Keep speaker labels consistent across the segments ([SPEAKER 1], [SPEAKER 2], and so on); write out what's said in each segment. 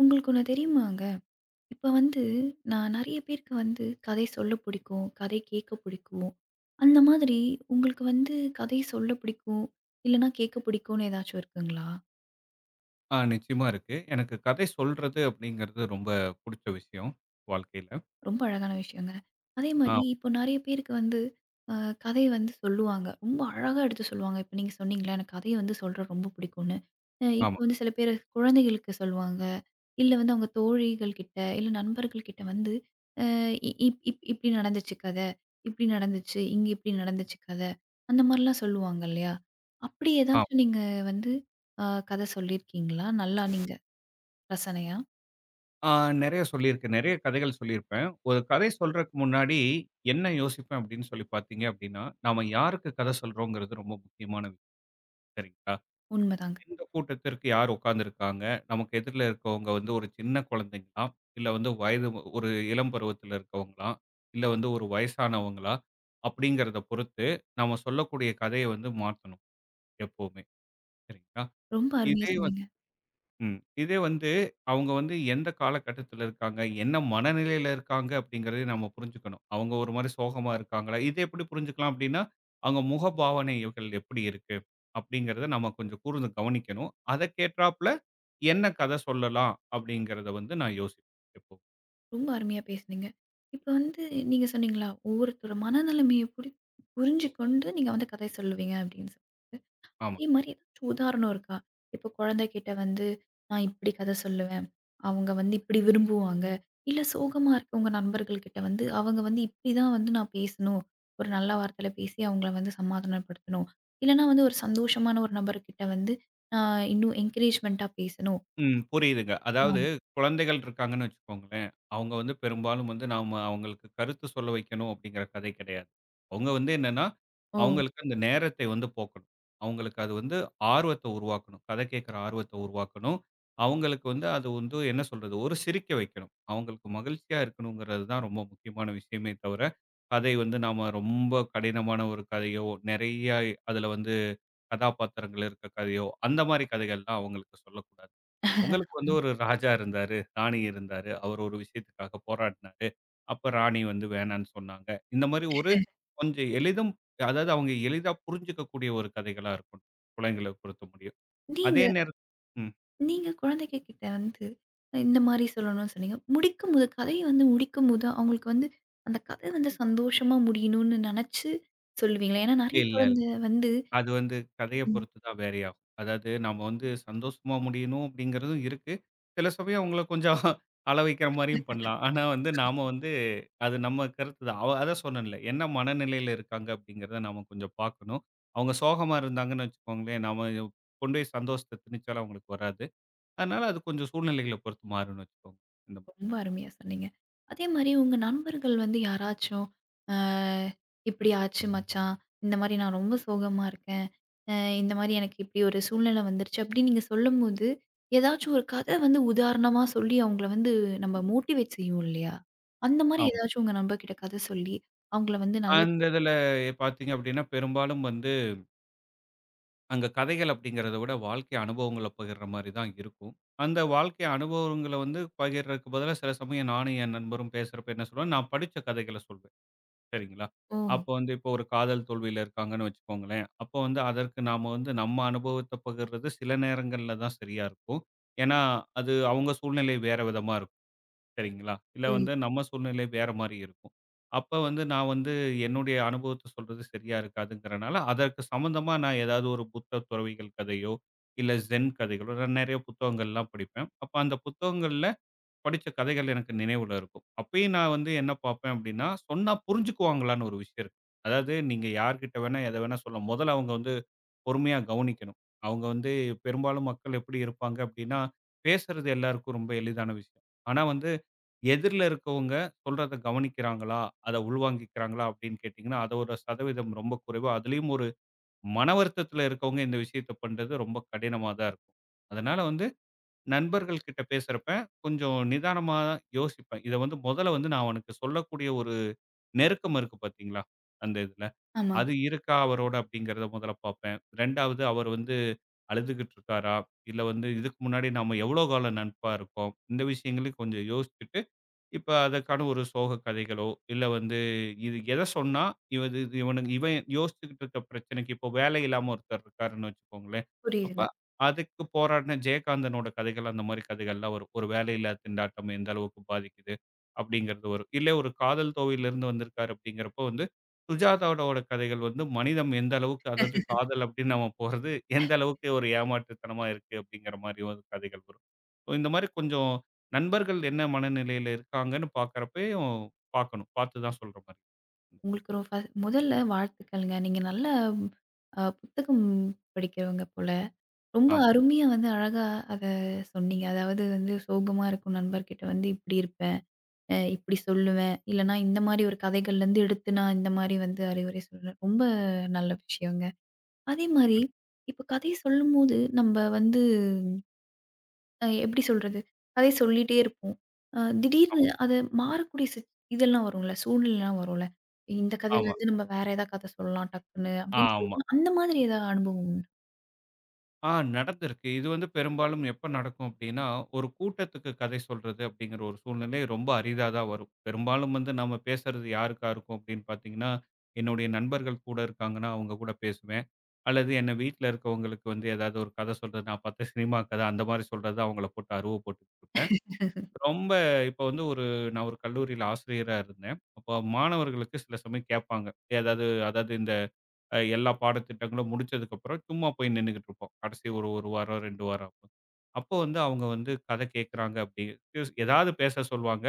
[SPEAKER 1] உங்களுக்கு ஒண்ணு தெரியுமாங்க? இப்ப வந்து நான் நெறைய பேருக்கு வந்து கதை சொல்ல பிடிக்கும், கதை கேட்க பிடிக்கும். அந்த மாதிரி உங்களுக்கு வந்து கதை சொல்ல பிடிக்கும், இல்லன்னா கேட்க பிடிக்கும்னு ஏதாச்சும் இருக்குங்களா?
[SPEAKER 2] ஆ, நிச்சயமா இருக்கு. எனக்கு கதை சொல்றது அப்படிங்கிறது ரொம்ப புடிச்ச விஷயம் வாழ்க்கையில.
[SPEAKER 1] ரொம்ப அழகான விஷயங்க. அதே
[SPEAKER 2] ஆ
[SPEAKER 1] மாரி இப்போ நெறைய பேருக்கு வந்து அ கதை வந்து சொல்லுவாங்க. ரொம்ப அழகா எடுத்து சொல்லுவாங்க. இப்ப நீங்க சொன்னீங்கல்ல, எனக்கு கதை வந்து சொல்றது ரொம்ப பிடிக்கும்னு. இப்போ
[SPEAKER 2] ஆமா.
[SPEAKER 1] வந்து சில பேர் குழந்தைகளுக்கு சொல்லுவாங்க. இல்ல வந்து அவங்க தோழிகள் கிட்ட, இல்ல நண்பர்கள் கிட்ட வந்து, அ இ இப் இப் இப்டி நடந்துச்சு கத. இப்டி நடந்துச்சு. இங்க இப்டி நடந்துச்சு கத. அந்த மாரிலாம் சொல்லுவாங்க இல்லையா? அப்படி
[SPEAKER 2] ஆ
[SPEAKER 1] ஏதாச்சும் நீங்க வந்து அ கத சொல்லியிருக்கீங்களா? நல்லா நீங்க ரசனையா?
[SPEAKER 2] ஆ நெறைய சொல்லியிருக்கேன். நெறைய கதைகள் சொல்லியிருப்பேன். ஒரு கதை சொல்றதுக்கு முன்னாடி என்ன யோசிப்பேன் அப்படின்னு சொல்லி பார்த்தீங்க அப்படின்னா, நாம யாருக்கு கதை சொல்றோங்கிறது ரொம்ப முக்கியமான விஷயம். சரிங்களா?
[SPEAKER 1] உண்மதாங்க.
[SPEAKER 2] எந்த கூட்டத்திற்கு யார் உட்கார்ந்திருக்காங்க? நமக்கு எதிர்ல இருக்கவங்க வந்து ஒரு சின்ன குழந்தைங்களா? இல்ல வந்து வயது ஒரு இளம் பருவத்தில இருக்கவங்களா? இல்ல வந்து ஒரு வயசானவங்களா? அப்படிங்கிறத பொறுத்து நம்ம சொல்லக்கூடிய கதைய வந்து மாத்தணும் எப்பவுமே. சரிங்களா?
[SPEAKER 1] ரொம்ப அருமையா
[SPEAKER 2] இதே வந்து
[SPEAKER 1] சொன்னீங்க.
[SPEAKER 2] ம். இதே வந்து அவங்க வந்து எந்த காலகட்டத்தில இருக்காங்க? என்ன மனநிலையில இருக்காங்க? அப்படிங்கிறதையும் நம்ம புரிஞ்சுக்கணும். அவங்க ஒரு மாரி சோகமா இருக்காங்களா? இத எப்படி புரிஞ்சுக்கலாம் அப்படின்னா, அவங்க முகபாவனைகள் எப்படி இருக்கு? அப்படிங்கிறத நம்ம கொஞ்சம் கூர்ந்து கவனிக்கணும். அதற்கேற்றாப்ல என்ன கதை சொல்லலாம்? அப்படிங்கிறத வந்து நான் யோசிப்பேன் எப்பவும்.
[SPEAKER 1] ரொம்ப அருமையா பேசுனீங்க. இப்ப வந்து நீங்க சொன்னீங்களா, ஒவ்வொருத்தரோட மனநிலைமைய புரிஞ்சு கொண்டு நீங்க வந்து கதை சொல்லுவீங்க அப்படின்னு.
[SPEAKER 2] ஆமா.
[SPEAKER 1] அதே மாரி ஏதாச்சும் உதாரணம் இருக்கா? இப்ப குழந்தைகிட்ட வந்து, நான் இப்படி கதை சொல்லுவேன். அவங்க வந்து இப்படி விரும்புவாங்க. இல்ல சோகமா இருக்கவங்க நண்பர்கள் கிட்ட வந்து, அவங்க வந்து இப்படிதான் வந்து நான் பேசணும். ஒரு நல்ல வார்த்தையில பேசி அவங்கள வந்து சமாதானப்படுத்தணும். இல்லன்னா வந்து ஒரு சந்தோஷமான ஒரு நபர்கிட்ட வந்து, நான் இன்னும் என்கரேஜ்மென்ட்டா பேசணும்.
[SPEAKER 2] ம். புரியுதுங்க. அதாவது
[SPEAKER 1] ஆமா.
[SPEAKER 2] குழந்தைகள் இருக்காங்கன்னு வச்சுக்கோங்களேன். அவங்க வந்து பெரும்பாலும் வந்து நாம அவங்களுக்கு கருத்து சொல்ல வைக்கணும் அப்படிங்கிற கதை கிடையாது. அவங்க வந்து என்னன்னா,
[SPEAKER 1] ஓ!
[SPEAKER 2] அவங்களுக்கு அந்த நேரத்தை வந்து போக்கணும். அவங்களுக்கு அது வந்து ஆர்வத்த உருவாக்கணும். கதை கேட்கிற ஆர்வத்த உருவாக்கணும். அவங்களுக்கு வந்து அது வந்து என்ன சொல்றது? ஒரு சிரிக்க வைக்கணும். அவங்களுக்கு மகிழ்ச்சியா இருக்கணுங்கிறது தான் ரொம்ப முக்கியமான விஷயமே தவிர, கதை வந்து நாம ரொம்ப கடினமான ஒரு கதையோ, நெறைய அதுல வந்து கதாபாத்திரங்கள் இருக்க கதையோ, அந்த மாரி கதைகள்லாம் அவங்களுக்கு சொல்லக்கூடாது. உங்களுக்கு வந்து ஒரு ராஜா இருந்தாரு, ராணி இருந்தாரு. அவரு ஒரு விஷயத்துக்காக போராடுனாரு. அப்ப ராணி வந்து வேணான்னு சொன்னாங்க. இந்த மாரி ஒரு கொஞ்சம் எளிதும் அதாவது அவங்க எளிதா புரிஞ்சுக்கக்கூடிய ஒரு கதைகளா இருக்கும். குழந்தைகள பொறுத்த முடியும்.
[SPEAKER 1] நீங்க
[SPEAKER 2] அதே நேரம் ம்.
[SPEAKER 1] நீங்க குழந்தைங்க கிட்ட வந்து இந்த மாரி சொல்லணும்னு சொன்னீங்க. முடிக்கும்போது கதைய வந்து முடிக்கும்போது, அவங்களுக்கு வந்து அந்த கதை வந்து சந்தோஷமா முடியணும்னு நெனச்சு சொல்லுவீங்களா? ஏன்னா நெறைய
[SPEAKER 2] இல்ல, இல்ல.
[SPEAKER 1] குழந்தை வந்து.
[SPEAKER 2] அது வந்து கதைய
[SPEAKER 1] ம்.
[SPEAKER 2] பொறுத்து தான் வேரி ஆகும். அதாவது நாம வந்து சந்தோஷமா முடியணும் அப்படிங்கிறதும் இருக்கு. சில சமயம் அவங்கள கொஞ்சம் அழ வைக்கிற மாரியும் பண்ணலாம். ஆனா வந்து நாம வந்து அது நம்ம கருத்து தான். அவ அதான் சொன்னேன்ல, என்ன மனநிலையில இருக்காங்க அப்படிங்கிறத நாம கொஞ்சம் பார்க்கணும். அவங்க சோகமா இருந்தாங்கன்னு வச்சுக்கோங்களேன், நாம கொண்டு போய் சந்தோஷத்த திணிச்சாலும் அவங்களுக்கு வராது. அதனால அது கொஞ்சம் சூழ்நிலைகள பொறுத்து மாறும்னு வச்சுக்கோங்க. இந்த மாதிரி.
[SPEAKER 1] ரொம்ப அருமையா சொன்னீங்க. அதே மாரி உங்க நண்பர்கள் வந்து யாராச்சும், அ "இப்படி ஆச்சு மச்சான். இந்த மாரி நான் ரொம்ப சோகமா இருக்கேன். அ இந்த மாரி எனக்கு இப்படி ஒரு சூழ்நிலை வந்துருச்சு." அப்படின்னு நீங்க சொல்லும்போது, ஏதாச்சும் ஒரு கதை வந்து உதாரணமா சொல்லி அவங்கள வந்து நம்ம மோட்டிவேட் செய்வோம் இல்லையா? அந்த மாரி
[SPEAKER 2] ஆமா.
[SPEAKER 1] ஏதாச்சும் உங்க நண்பர்கிட்ட கதை சொல்லி, அவங்கள வந்து நல்ல.
[SPEAKER 2] அந்த இதில பார்த்தீங்க அப்படின்னா, பெரும்பாலும் வந்து அங்க கதைகள் அப்படிங்கிறத விட வாழ்க்கை அனுபவங்கள பகிர்ற மாரி தான் இருக்கும். அந்த வாழ்க்கை அனுபவங்கள வந்து பகிர்றதுக்கு பதிலா சில சமயம் நானும் என் நண்பரும் பேசுறப்ப என்ன சொல்லுவோம், நான் படிச்ச கதைகள சொல்வேன். சரிங்களா?
[SPEAKER 1] ஓ!
[SPEAKER 2] அப்போ வந்து இப்போ ஒரு காதல் தோல்வியில இருக்காங்கன்னு வச்சுக்கோங்களேன். அப்போ வந்து அதற்கு நாம வந்து நம்ம அனுபவத்த பகிர்றது சில நேரங்கள்ல தான் சரியா இருக்கும். ஏன்னா, அது அவங்க சூழ்நிலை வேற விதமா இருக்கும். சரிங்களா? இல்ல வந்து
[SPEAKER 1] புரியுது.
[SPEAKER 2] நம்ம சூழ்நிலை வேற மாரி இருக்கும். அப்ப வந்து நான் வந்து என்னுடைய அனுபவத்த சொல்றது சரியா இருக்காதுங்கிறனால, அதற்கு சம்மந்தமா நான் ஏதாவது ஒரு புத்த துறவிகள் கதையோ, இல்ல ஜென் கதைகளோ நான் நெறைய புத்தகங்கள்லாம் படிப்பேன். அப்ப அந்த புத்தகங்கள்ல படிச்ச கதைகள் எனக்கு நினைவுல இருக்கும். அப்பயும் நான் வந்து என்ன பார்ப்பேன் அப்படின்னா, சொன்னா புரிஞ்சுக்குவாங்களான்னு ஒரு விஷயம் இருக்கு. அதாவது நீங்க யார்கிட்ட வேணா, எத வேணா சொல்லலாம். முதல்ல அவங்க வந்து பொறுமையா கவனிக்கணும். அவங்க வந்து பெரும்பாலும் மக்கள் எப்படி இருப்பாங்க அப்படின்னா, பேசுறது எல்லாருக்கும் ரொம்ப எளிதான விஷயம். ஆனா வந்து எதிர்ல இருக்கவங்க சொல்றத கவனிக்கிறாங்களா? அத உள்வாங்கிக்கிறாங்களா? அப்படின்னு கேட்டீங்கன்னா, அதோட சதவீதம் ரொம்ப குறைவு. அதிலயும் ஒரு மன வருத்தத்துல இருக்கவங்க இந்த விஷயத்த பண்றது ரொம்ப கடினமா தான் இருக்கும். அதனால வந்து நண்பர்கள் கிட்ட பேசுறப்ப, கொஞ்சம் நிதானமா யோசிப்பேன். இத வந்து முதல்ல வந்து நான் அவனுக்கு சொல்லக்கூடிய ஒரு நெருக்கம் இருக்கு பார்த்தீங்களா? அந்த இதுல.
[SPEAKER 1] ஆமாங்க.
[SPEAKER 2] அது இருக்கா அவரோட அப்படிங்கிறத முதல்ல பார்ப்பேன். 2வது அவர் வந்து அழுதுகிட்டு இருக்காரா? இல்ல வந்து இதுக்கு முன்னாடி நாம எவ்வளோ காலம் நட்பா இருக்கோம்? இந்த விஷயங்களையும் கொஞ்சம் யோசிச்சுட்டு இப்ப அதற்கான ஒரு சோக கதைகளோ, இல்ல வந்து இது எத சொன்னா, இது இது இவனுக்கு இவன் யோசிச்சுக்கிட்டு இருக்க பிரச்சனைக்கு இப்போ வேலை இல்லாம ஒருத்தர் இருக்காருன்னு வச்சுக்கோங்களேன். அப்ப
[SPEAKER 1] புரியுதுங்க.
[SPEAKER 2] அதுக்கு போராடின ஜெயகாந்தனோட கதைகள் அந்த மாரி கதைகள்லாம் வரும். ஒரு வேலையில்லா திண்டாட்டம் எந்த அளவுக்கு பாதிக்குது அப்படிங்கிறது வரும். இல்ல ஒரு காதல் தோல்வியிலிருந்து வந்திருக்காரு அப்படிங்கிறப்போ வந்து, சுஜாதாவோட கதைகள் வந்து மனிதம் எந்த அளவுக்கு அதாவது காதல் அப்படின்னு நம்ம போறது, எந்த அளவுக்கு ஒரு ஏமாற்றுத்தனமா இருக்கு அப்படிங்கிற மாரி ஒரு கதைகள் வரும். So இந்த மாரி கொஞ்சம் நண்பர்கள் என்ன மனநிலையில இருக்காங்கன்னு பார்க்கறப்பயும் பார்க்கணும். பார்த்து தான் சொல்ற மாரி இருக்கும்.
[SPEAKER 1] உங்களுக்கு ஒரு ஃப முதல்ல வாழ்த்துக்கள்ங்க. நீங்க நல்ல புத்தகம் படிக்கிறவங்க போல. ரொம்ப
[SPEAKER 2] ஆமா,
[SPEAKER 1] அருமையா வந்து அழகா அத சொன்னீங்க. அதாவது வந்து சோகமா இருக்கும் நண்பர்கிட்ட வந்து இப்டி இருப்பேன். இப்டி சொல்லுவேன். இல்லன்னா இந்த மாரி ஒரு கதைகள்லருந்து எடுத்து நான் இந்த மாரி வந்து அறிவுரை சொல்லுவேன். ரொம்ப நல்ல விஷயங்க. அதே மாரி இப்ப கதை சொல்லும்போது நம்ப வந்து எப்டி சொல்றது? கதை சொல்லிட்டே இருப்போம். திடீர்னு
[SPEAKER 2] ஆமா,
[SPEAKER 1] அது மாறக்கூடிய இதெல்லாம் வரும்ல, சூழ்நிலைலாம் வரும்ல. இந்த
[SPEAKER 2] ஆமா,
[SPEAKER 1] கதையிலருந்து நம்ம வேற ஏதா கதை சொல்லலாம் டக்குன்னு அப்டின்னு
[SPEAKER 2] ஆமா.
[SPEAKER 1] சொல்லி அந்த மாதிரி ஏதாவது அனுபவம் உண்டா?
[SPEAKER 2] ஆ நடந்திருக்கு. இது வந்து பெரும்பாலும் எப்ப நடக்கும் அப்டின்னா, ஒரு கூட்டத்துக்கு கதை சொல்றது அப்டிங்கிற ஒரு சூழ்நிலை ரொம்ப அரிதா தான் வரும். பெரும்பாலும் வந்து நம்ம பேசுறது யாருக்கா இருக்கும் அப்டின்னு பார்த்தீங்கன்னா, என்னுடைய நண்பர்கள் கூட இருக்காங்கன்னா, அவங்க கூட பேசுவேன். அல்லது என்ன வீட்ல இருக்கவங்களுக்கு வந்து ஏதாவது ஒரு கதை சொல்றது, நான் பார்த்த சினிமா கதை அந்த மாரி சொல்றது அவங்கள போட்டு அருவ போட்டுட்டு இருப்பாங்க. ரொம்ப இப்ப வந்து ஒரு நான் ஒரு கல்லூரியில ஆசிரியரா இருந்தேன். அப்போ மாணவர்களுக்கு சில சமயம் கேட்பாங்க. ஏதாவது அதாவது இந்த எல்லா பாடத்திட்டங்களும் முடிச்சதுக்கப்புறம் சும்மா போய் நின்னுகிட்டு இருப்போம். கடைசி ஒரு 1 வாரம், 2 வாரம் அப்ப. அப்போ வந்து அவங்க வந்து கதை கேட்குறாங்க அப்படி ஏதாவது பேச சொல்லுவாங்க.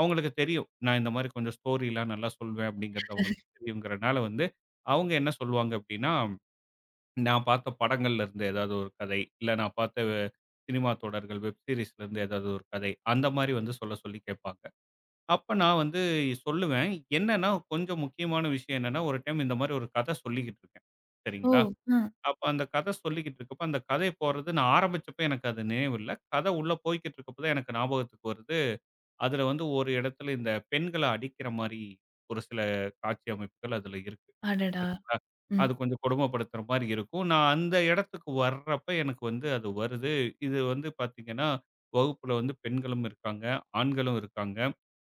[SPEAKER 2] அவங்களுக்கு தெரியும். நான் இந்த மாதிரி கொஞ்சம் ஸ்டோரிலாம் நல்லா சொல்வேன் அப்படிங்கிறது அவங்களுக்கு தெரியுங்கிறனால வந்து அவங்க என்ன சொல்லுவாங்க அப்படின்னா நான் பார்த்த படங்கள்ல இருந்து ஏதாவது ஒரு கதை, இல்ல நான் பார்த்த சினிமா தொடர்கள், வெப் சீரிஸ்ல இருந்து ஏதாவது ஒரு கதை, அந்த மாரி வந்து சொல்ல சொல்லி கேட்பாங்க. அப்ப நான் வந்து சொல்லுவேன். என்னன்னா, கொஞ்சம் முக்கியமான விஷயம் என்னன்னா, ஒரு டைம் இந்த மாரி ஒரு கதை சொல்லிக்கிட்டு இருக்கேன்.
[SPEAKER 1] ஓ!
[SPEAKER 2] சரிங்களா?
[SPEAKER 1] அ.
[SPEAKER 2] அப்ப அந்த கதை சொல்லிக்கிட்டு இருக்கப்ப, அந்த கதை போறது நான் ஆரம்பிச்சப்ப எனக்கு அது நினைவில்ல. கதை உள்ள போய்க்கிட்டு இருக்கப்ப தான் எனக்கு ஞாபகத்துக்கு வருது. அதுல வந்து ஒரு இடத்துல இந்த பெண்கள அடிக்கிற மாரி ஒரு சில காட்சி அமைப்புகள் அதுல இருக்கு.
[SPEAKER 1] அடடா! ம்.
[SPEAKER 2] அது கொஞ்சம் கொடுமைப்படுத்துற மாரி இருக்கும். நான் அந்த இடத்துக்கு வர்றப்ப எனக்கு வந்து அது வருது. இது வந்து பார்த்தீங்கன்னா, வகுப்புல வந்து பெண்களும் இருக்காங்க, ஆண்களும் இருக்காங்க.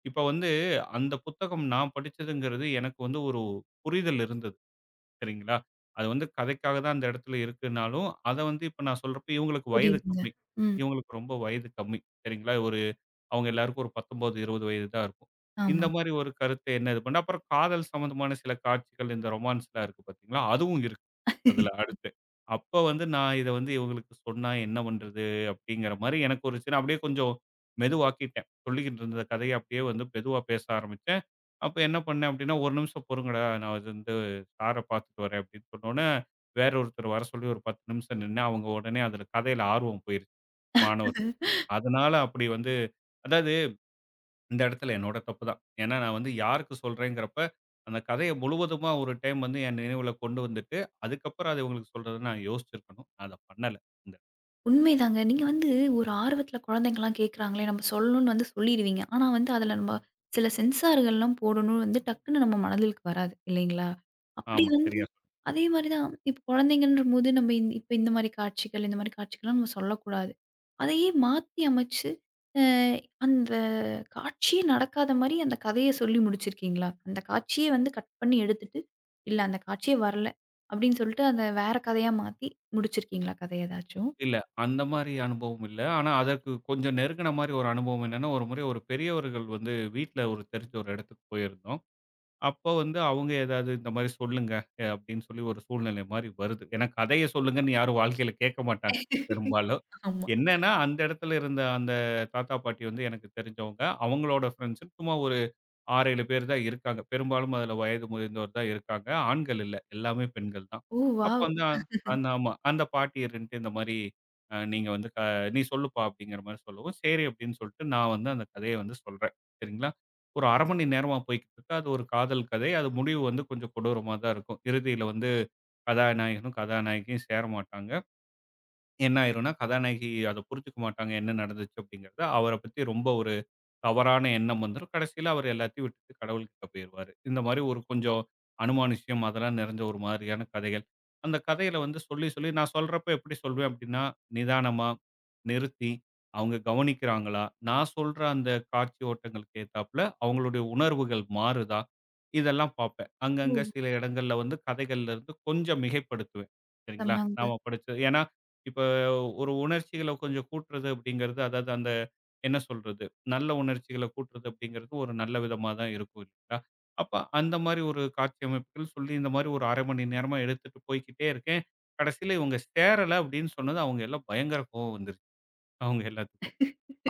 [SPEAKER 2] இப்ப வந்து அந்த புத்தகம் நான் படிச்சதுங்கிறது எனக்கு வந்து ஒரு புரிதல் இருந்தது. சரிங்களா? அது வந்து கதைக்காக தான் அந்த இடத்துல இருக்குன்னாலும், அத வந்து இப்ப நான் சொல்றப்ப இவங்களுக்கு வயது
[SPEAKER 1] புரியுதுங்க.
[SPEAKER 2] கம்மி.
[SPEAKER 1] ம்.
[SPEAKER 2] இவங்களுக்கு ரொம்ப வயது கம்மி. சரிங்களா? ஒரு அவங்க எல்லாருக்கும் ஒரு 19, 20 வயது தான் இருக்கும். இந்த
[SPEAKER 1] ஆமா.
[SPEAKER 2] மாரி ஒரு கருத்து என்ன இது பண்ண அப்புறம் காதல் சம்மந்தமான சில காட்சிகள் இந்த ரொமான்ஸ்லாம் இருக்கு பார்த்தீங்களா, அதுவும் இருக்கு. அதுல அடுத்து. அப்ப வந்து நான் இத வந்து இவங்களுக்கு சொன்னா என்ன பண்றது? அப்படிங்கிற மாரி எனக்கு ஒரு சின்ன அப்படியே கொஞ்சம் மெதுவாக்கிட்டேன். சொல்லிக்கிட்டு இருந்த கதைய அப்படியே வந்து மெதுவா பேச ஆரம்பிச்சேன். அப்ப என்ன பண்ணேன் அப்படின்னா, "1 நிமிஷம் பொறுங்கடா, நான் இது வந்து சார பார்த்துட்டு வரேன்" அப்படின்னு சொன்னோனே, வேற ஒருத்தர் வர சொல்லி ஒரு 10 நிமிஷம் நின்னு அவங்க உடனே அதுல கதையில ஆர்வம் போயிருச்சு மாணவர். அதனால அப்படி வந்து அதாவது இந்த இடத்துல என்னோட தப்பு தான். ஏன்னா நான் வந்து யாருக்கு சொல்றேங்கிறப்ப, அந்த கதைய முழுவதுமா ஒரு டைம் வந்து என் நினைவுல கொண்டு வந்துட்டு, அதுக்கப்புறம் அத இவங்களுக்கு சொல்றத நான் யோசிச்சிருக்கணும். நான் அத பண்ணல. இந்த
[SPEAKER 1] உண்மைதாங்க. நீங்க வந்து ஒரு ஆர்வத்தில குழந்தைங்கலாம் கேட்குறாங்களே, நம்ம சொல்லணும்னு வந்து சொல்லிருவீங்க. ஆனா வந்து அதில நம்ம சில சென்சார்கள்லாம் போடணும் வந்து டக்குன்னு நம்ம மனதிலுக்கு வராது இல்லைங்களா? அப்படி
[SPEAKER 2] ஆமா,
[SPEAKER 1] வந்து
[SPEAKER 2] சரியா
[SPEAKER 1] அதே மாரி தான் இப்போ குழந்தைங்கன்றபோது நம்ம இந்த மாரி காட்சிகள், இந்த மாரி காட்சிகள்லாம் நம்ம சொல்லக்கூடாது. அதையே மாத்தி அமைச்சு அ அந்த காட்சியே நடக்காத மாரி அந்த கதைய சொல்லி முடிச்சிருக்கீங்களா? அந்த காட்சியே வந்து கட் பண்ணி எடுத்துட்டு, இல்ல அந்த காட்சியே வரல அப்படின்னு சொல்லிட்டு, அத வேற கதையா மாத்தி முடிச்சிருக்கீங்களா கதை ஏதாச்சும்?
[SPEAKER 2] இல்ல. அந்த மாரி அனுபவம் இல்ல. ஆனா அதற்கு கொஞ்சம் நெருங்குன மாரி ஒரு அனுபவம் என்னன்னா, ஒரு முறை ஒரு பெரியவர்கள் வந்து வீட்ல ஒரு தெரிஞ்ச ஒரு இடத்துக்கு போயிருந்தோம். அப்போ வந்து அவங்க ஏதாவது இந்த மாரி சொல்லுங்க, அப்படின்னு சொல்லி ஒரு சூழ்நிலை மாரி வருது. ஏன்னா கதைய சொல்லுங்கன்னு யாரும் வாழ்க்கையில கேட்க மாட்டாங்க, பெரும்பாலும்.
[SPEAKER 1] ஆமா.
[SPEAKER 2] என்னன்னா, அந்த இடத்துல இருந்த அந்த தாத்தா, பாட்டி வந்து எனக்கு தெரிஞ்சவங்க. அவங்களோட ஃப்ரெண்ட்ஸ் சும்மா ஒரு 6, 7 பேர் தான் இருக்காங்க. பெரும்பாலும் அதுல வயது முதிர்ந்தோர் தான் இருக்காங்க. ஆண்கள் இல்ல. எல்லாமே பெண்கள் தான்.
[SPEAKER 1] ஓ!
[SPEAKER 2] அப்போ
[SPEAKER 1] வாவ்!
[SPEAKER 2] வந்து அந்த ஆமா. அந்த பாட்டி இருந்துட்டு இந்த மாரி நீங்க வந்து "நீ சொல்லுப்பா" அப்படிங்கிற மாரி சொல்லவும், "சரி" அப்படின்னு சொல்லிட்டு நான் வந்து அந்த கதைய வந்து சொல்றேன். சரிங்களா. ஒரு 1/2 மணி நேரமா போய்க்கிட்டு இருக்கு. அது ஒரு காதல் கதை. அது முடிவு வந்து கொஞ்சம் கொடூரமா தான் இருக்கும். இறுதியில வந்து கதாநாயகனும், கதாநாயகியும் சேர மாட்டாங்க. என்ன ஆயிரும்னா, கதாநாயகி அத புரிஞ்சுக்க மாட்டாங்க என்ன நடந்துச்சு அப்படிங்கிறத. அவர பத்தி ரொம்ப ஒரு தவறான எண்ணம் வந்துரும். கடைசியில அவர் எல்லாத்தையும் விட்டுட்டு கடவுள்கிட்ட போயிருவாரு. இந்த மாரி ஒரு கொஞ்சம் அனுமானுஷ்யம் அதெல்லாம் நிறைஞ்ச ஒரு மாதிரியான கதைகள். அந்த கதையில வந்து சொல்லி, சொல்லி நான் சொல்றப்ப எப்படி சொல்வேன் அப்படின்னா, நிதானமா நிறுத்தி, அவங்க கவனிக்கிறாங்களா? நான் சொல்ற அந்த காட்சி ஓட்டங்களுக்கு ஏத்தாப்புல அவங்களுடைய உணர்வுகள் மாறுதா? இதெல்லாம் பார்ப்பேன்.
[SPEAKER 1] ஓ!
[SPEAKER 2] அங்கங்க சில இடங்கள்ல வந்து கதைகள்ல இருந்து கொஞ்சம் மிகைப்படுத்துவேன். சரிங்களா?
[SPEAKER 1] செம்மங்க.
[SPEAKER 2] நாம படிச்சது ஏன்னா, இப்ப ஒரு உணர்ச்சிகள கொஞ்சம் கூட்டுறது அப்படிங்கிறது, அதாவது அந்த என்ன சொல்றது? நல்ல உணர்ச்சிகள கூட்டுறது அப்படிங்கிறது ஒரு நல்ல விதமா தான் இருக்கும் இல்லைங்களா? அப்ப அந்த மாரி ஒரு காட்சி அமைப்புகள் சொல்லி இந்த மாரி ஒரு 1/2 மணி நேரமா எடுத்துட்டு போய்க்கிட்டே இருக்கேன். கடைசியில இவங்க சேரல அப்படின்னு சொன்னது அவங்க எல்லாம் பயங்கர கோவம் வந்துருச்சு. அவங்க எல்லாத்துக்கும்.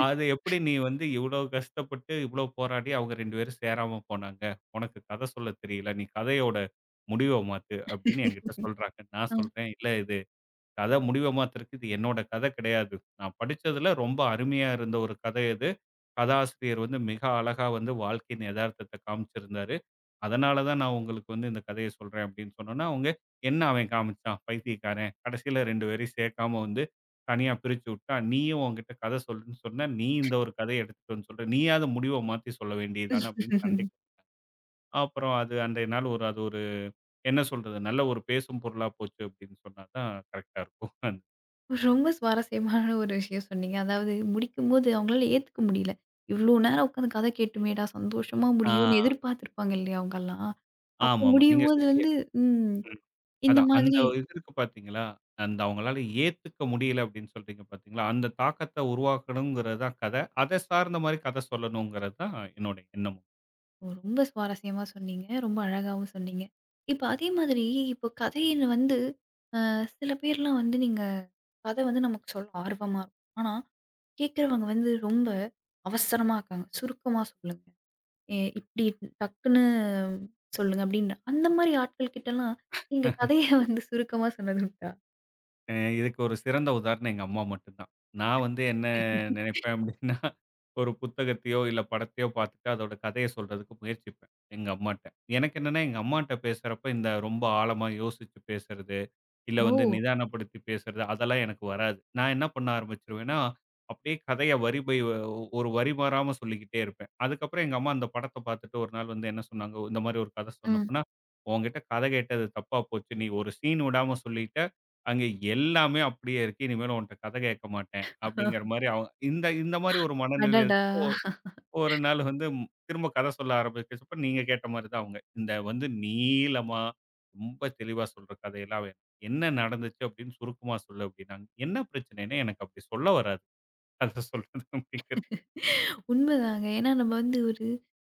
[SPEAKER 2] அது எப்படி நீ வந்து இவ்ளோ கஷ்டப்பட்டு, இவ்ளோ போராடி அவங்க 2 பேரும் சேராம போனாங்க. உனக்கு கதை சொல்ல தெரியல. நீ கதையோட முடிவ மாத்து அப்படின்னு என்கிட்ட சொல்றாங்க. நான்
[SPEAKER 1] ஆ.
[SPEAKER 2] சொல்றேன், இல்ல இது கதை முடிவ மாத்துறதுக்கு இது என்னோட கதை கிடையாது. நான் படிச்சதுல ரொம்ப அருமையா இருந்த ஒரு கதை இது. கதாசிரியர் வந்து மிக அழகா வந்து வாழ்க்கையின் எதார்த்தத்த காமிச்சிருந்தாரு. அதனால தான் நான் உங்களுக்கு வந்து இந்த கதைய சொல்றேன் அப்டின்னு சொன்னோனே, அவங்க "என்ன அவன் காமிச்சான் பைத்தியக்காரன். கடைசில 2 பேரையும் சேர்க்காம வந்து தனியா பிரிச்சு விட்டான். நீயும் உன்கிட்ட கத சொல்லுன்னு சொன்ன. நீ இந்த ஒரு கதைய எடுத்துட்டு வந்து சொல்ற. நீயாவது முடிவ மாத்தி சொல்ல வேண்டியது தானே" அப்டின்னு சண்டைக்கு அப்புறம் அது அன்றைய நாள் ஒரு அது ஒரு என்ன சொல்றது? நல்ல ஒரு பேசும் பொருளா போச்சு அப்டின்னு சொன்னா தான் கரெக்ட்டா இருக்கும்.
[SPEAKER 1] ரொம்ப சுவாரஸ்யமான ஒரு விஷயம் சொன்னீங்க. அதாவது முடிக்கும்போது அவங்களால ஏத்துக்க முடியல. இவ்ளோ நேரம் உட்காந்து கதை கேட்டுமேடா, சந்தோஷமா
[SPEAKER 2] ஆ.
[SPEAKER 1] முடியும்னு எதிர்பார்த்துருப்பாங்க இல்லையா அவங்கலாம். அப்போ
[SPEAKER 2] ஆமாமா. நீங்க
[SPEAKER 1] முடியும்போது
[SPEAKER 2] சரியா
[SPEAKER 1] வந்து. ம்.
[SPEAKER 2] ம்.
[SPEAKER 1] இந்த
[SPEAKER 2] அதான். அந்த
[SPEAKER 1] மாதிரி.
[SPEAKER 2] இது இருக்கு பார்த்தீங்களா? அந்த அவங்களால ஏத்துக்க முடியல அப்படின்னு சொல்றீங்க பார்த்தீங்களா? அந்த தாக்கத்த உருவாக்கணுங்கிறது தான் கதை. அத சார்ந்த மாரி கதை சொல்லணுங்கிறது தான் என்னோட எண்ணமும்.
[SPEAKER 1] ரொம்ப சுவாரஸ்யமா சொன்னீங்க. ரொம்ப அழகாவும் சொன்னீங்க. இப்ப அதே மாதிரி இப்போ கதையில வந்து அ சில பேர்லாம் வந்து நீங்க கதை வந்து நமக்கு சொல்ல ஆர்வமா இருக்கும். ஆனா கேட்கிறவங்க வந்து ரொம்ப அவசரமா இருக்காங்க. சுருக்கமா சொல்லுங்க. இப்டி டக்குன்னு சொல்லுங்க அப்டின்னு. அந்த மாரி ஆட்கள் கிட்டலாம் நீங்க கதைய வந்து சுருக்கமா சொன்னது உண்டா?
[SPEAKER 2] அ இதுக்கு ஒரு சிறந்த உதாரணம் எங்க அம்மா மட்டும் தான். நான் வந்து என்ன நினைப்பேன் அப்படின்னா, ஒரு புத்தகத்தையோ, இல்ல படத்தையோ பார்த்துட்டு அதோட கதைய சொல்றதுக்கு முயற்சிப்பேன், எங்க அம்மாட்ட. எனக்கு என்னன்னா, எங்க அம்மாட்ட பேசுறப்ப இந்த ரொம்ப ஆழமா யோசிச்சு பேசுறது. இல்ல வந்து
[SPEAKER 1] ஓ!
[SPEAKER 2] நிதானப்படுத்தி பேசுறது, அதெல்லாம் எனக்கு வராது. நான் என்ன பண்ண ஆரம்பிச்சுருவேன்னா, அப்படியே கதைய வரி பை வ ஒரு வரி மாறாம சொல்லிக்கிட்டே இருப்பேன். அதுக்கப்புறம் எங்க அம்மா அந்த படத்த பார்த்துட்டு ஒரு நாள் வந்து என்ன சொன்னாங்க, இந்த மாரி ஒரு கதை
[SPEAKER 1] ம்.
[SPEAKER 2] சொன்னப்பன்னா, "உன்கிட்ட கதை கேட்டது தப்பா போச்சு. நீ ஒரு சீன் விடாம சொல்லிட்ட. அங்க எல்லாமே அப்படியே இருக்கு. இனிமேல் உன்ட்ட கதை கேட்க மாட்டேன்." அப்படிங்கிற மாரி அவ இந்த இந்த மாரி ஒரு மனநிலை
[SPEAKER 1] அடடா!
[SPEAKER 2] ஒரு நாள் வந்து திரும்ப கதை சொல்ல ஆரம்பிக்கிறச்சப்ப நீங்க கேட்ட மாரி தான் அவங்க. இந்த வந்து நீளமா, ரொம்ப தெளிவா சொல்ற கதையெல்லாம் வேணாம். என்ன நடந்துச்சு அப்படின்னு சுருக்கமா சொல்லு அப்படின்னாங்க. என்ன பிரச்சனைன்னா எனக்கு அப்படி சொல்ல வராது. அத சொல்றது அப்படிங்கிறது.
[SPEAKER 1] உண்மதாங்க. ஏன்னா நம்ம வந்து ஒரு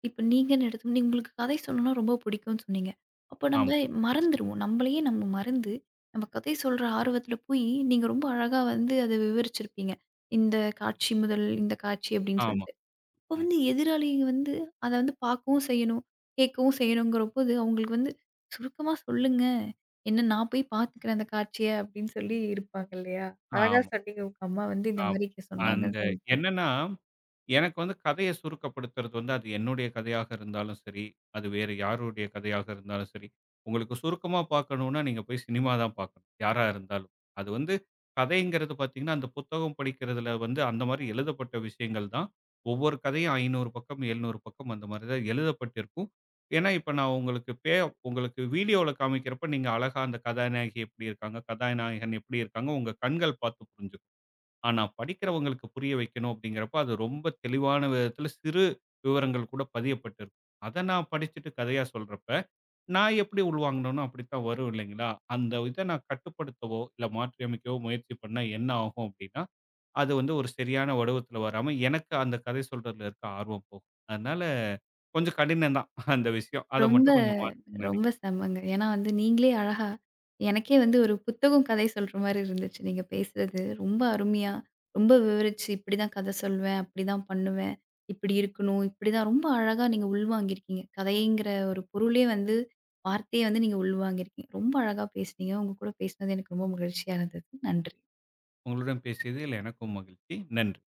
[SPEAKER 1] இப்ப நீங்கன்னு எடுத்தோம்னா, உங்களுக்கு கதை சொல்லணும்னா ரொம்ப புடிக்கும்னு சொன்னீங்க. அப்ப
[SPEAKER 2] ஆமா,
[SPEAKER 1] நம்ம மறந்துருவோம். நம்மளயே நம்ம மறந்து, நம்ம கதை சொல்ற ஆர்வத்துல போய், நீங்க ரொம்ப அழகா வந்து அத விவரிச்சிருப்பீங்க. இந்த காட்சி முதல் இந்த காட்சி அப்டின்னு
[SPEAKER 2] ஆமா.
[SPEAKER 1] சொல்லிட்டு. அப்ப
[SPEAKER 2] ம்.
[SPEAKER 1] வந்து எதிராளிங்க வந்து அத வந்து பார்க்கவும் செய்யணும், கேட்கவும் செய்யணுங்கிறபோது, அவங்களுக்கு வந்து சுருக்கமா சொல்லுங்க. என்ன நான் போய் பார்த்துக்கிறேன் அந்த காட்சிய அப்படின்னு சொல்லி இருப்பாங்க இல்லையா? அழகா
[SPEAKER 2] ஆமா,
[SPEAKER 1] சொன்னீங்க உங்க அம்மா வந்து இந்த
[SPEAKER 2] ஆமா.
[SPEAKER 1] மாரி
[SPEAKER 2] அந்த
[SPEAKER 1] சொன்னாங்கன்னு சொல்லிட்டு.
[SPEAKER 2] என்னன்னா எனக்கு வந்து கதைய சுருக்கப்படுத்துறது வந்து, அது என்னுடைய கதையாக இருந்தாலும் சரி, அது வேறு யாருடைய கதையாக இருந்தாலும் சரி. உங்களுக்கு சுருக்கமா பார்க்கணும்னா, நீங்க போய் சினிமா தான் பார்க்கணும், யாரா இருந்தாலும். அது வந்து கதைங்கிறது பார்த்தீங்கன்னா, அந்த புத்தகம் படிக்கிறதுல வந்து அந்த மாரி எழுதப்பட்ட விஷயங்கள் தான். ஒவ்வொரு கதையும் 500 பக்கம், 700 பக்கம் அந்த மாரி தான் எழுதப்பட்டிருக்கும். ஏன்னா, இப்ப நான் உங்களுக்கு உங்களுக்கு வீடியோல காமிக்கிறப்ப, நீங்க அழகா அந்த கதாநாயகி எப்படி இருக்காங்க, கதாநாயகன் எப்படி இருக்காங்க, உங்க கண்கள் பார்த்து புரிஞ்சுக்கும். ஆனா, படிக்கிறவங்களுக்கு புரிய வைக்கணும் அப்படிங்கிறப்ப, அது ரொம்ப தெளிவான விதத்துல சிறு விவரங்கள் கூட பதியப்பட்டிருக்கும். அத நான் படிச்சுட்டு கதையா சொல்றப்ப, நான் எப்படி உள்வாங்குனேனோ அப்படித்தான் வரும் இல்லைங்களா? அந்த இத நான் கட்டுப்படுத்தவோ, இல்ல மாற்றியமைக்கவோ முயற்சி பண்ணா என்ன ஆகும் அப்படின்னா, அது வந்து ஒரு சரியான வடிவத்துல வராம, எனக்கு அந்த கதை சொல்றதுல இருக்க ஆர்வம் போகும். அதனால கொஞ்சம் கடினம் தான் அந்த விஷயம். அத
[SPEAKER 1] ரொம்ப,
[SPEAKER 2] மட்டும் கொஞ்சம் மாத்திக்கணும்னு
[SPEAKER 1] ரொம்ப
[SPEAKER 2] நெனைக்கிறேன்.
[SPEAKER 1] செம்மங்க. ஏன்னா வந்து நீங்களே அழகா எனக்கே வந்து ஒரு புத்தகம் கதை சொல்ற மாரி இருந்துச்சு நீங்க பேசுறது. ரொம்ப அருமையா, ரொம்ப விவரிச்சு இப்படிதான் கதை சொல்வேன், அப்படிதான் பண்ணுவேன், இப்படி இருக்கணும், இப்படிதான் ரொம்ப அழகா நீங்க உள்வாங்கியிருக்கீங்க. கதைங்கிற ஒரு பொருளே வந்து வார்த்தைய வந்து நீங்க உள்வாங்கியிருக்கீங்க. ரொம்ப அழகா பேசுனீங்க. உங்க கூட பேசினது எனக்கு ரொம்ப மகிழ்ச்சியா இருந்தது. நன்றி.
[SPEAKER 2] உங்களுடன் பேசியதில் எனக்கும் மகிழ்ச்சி. நன்றி.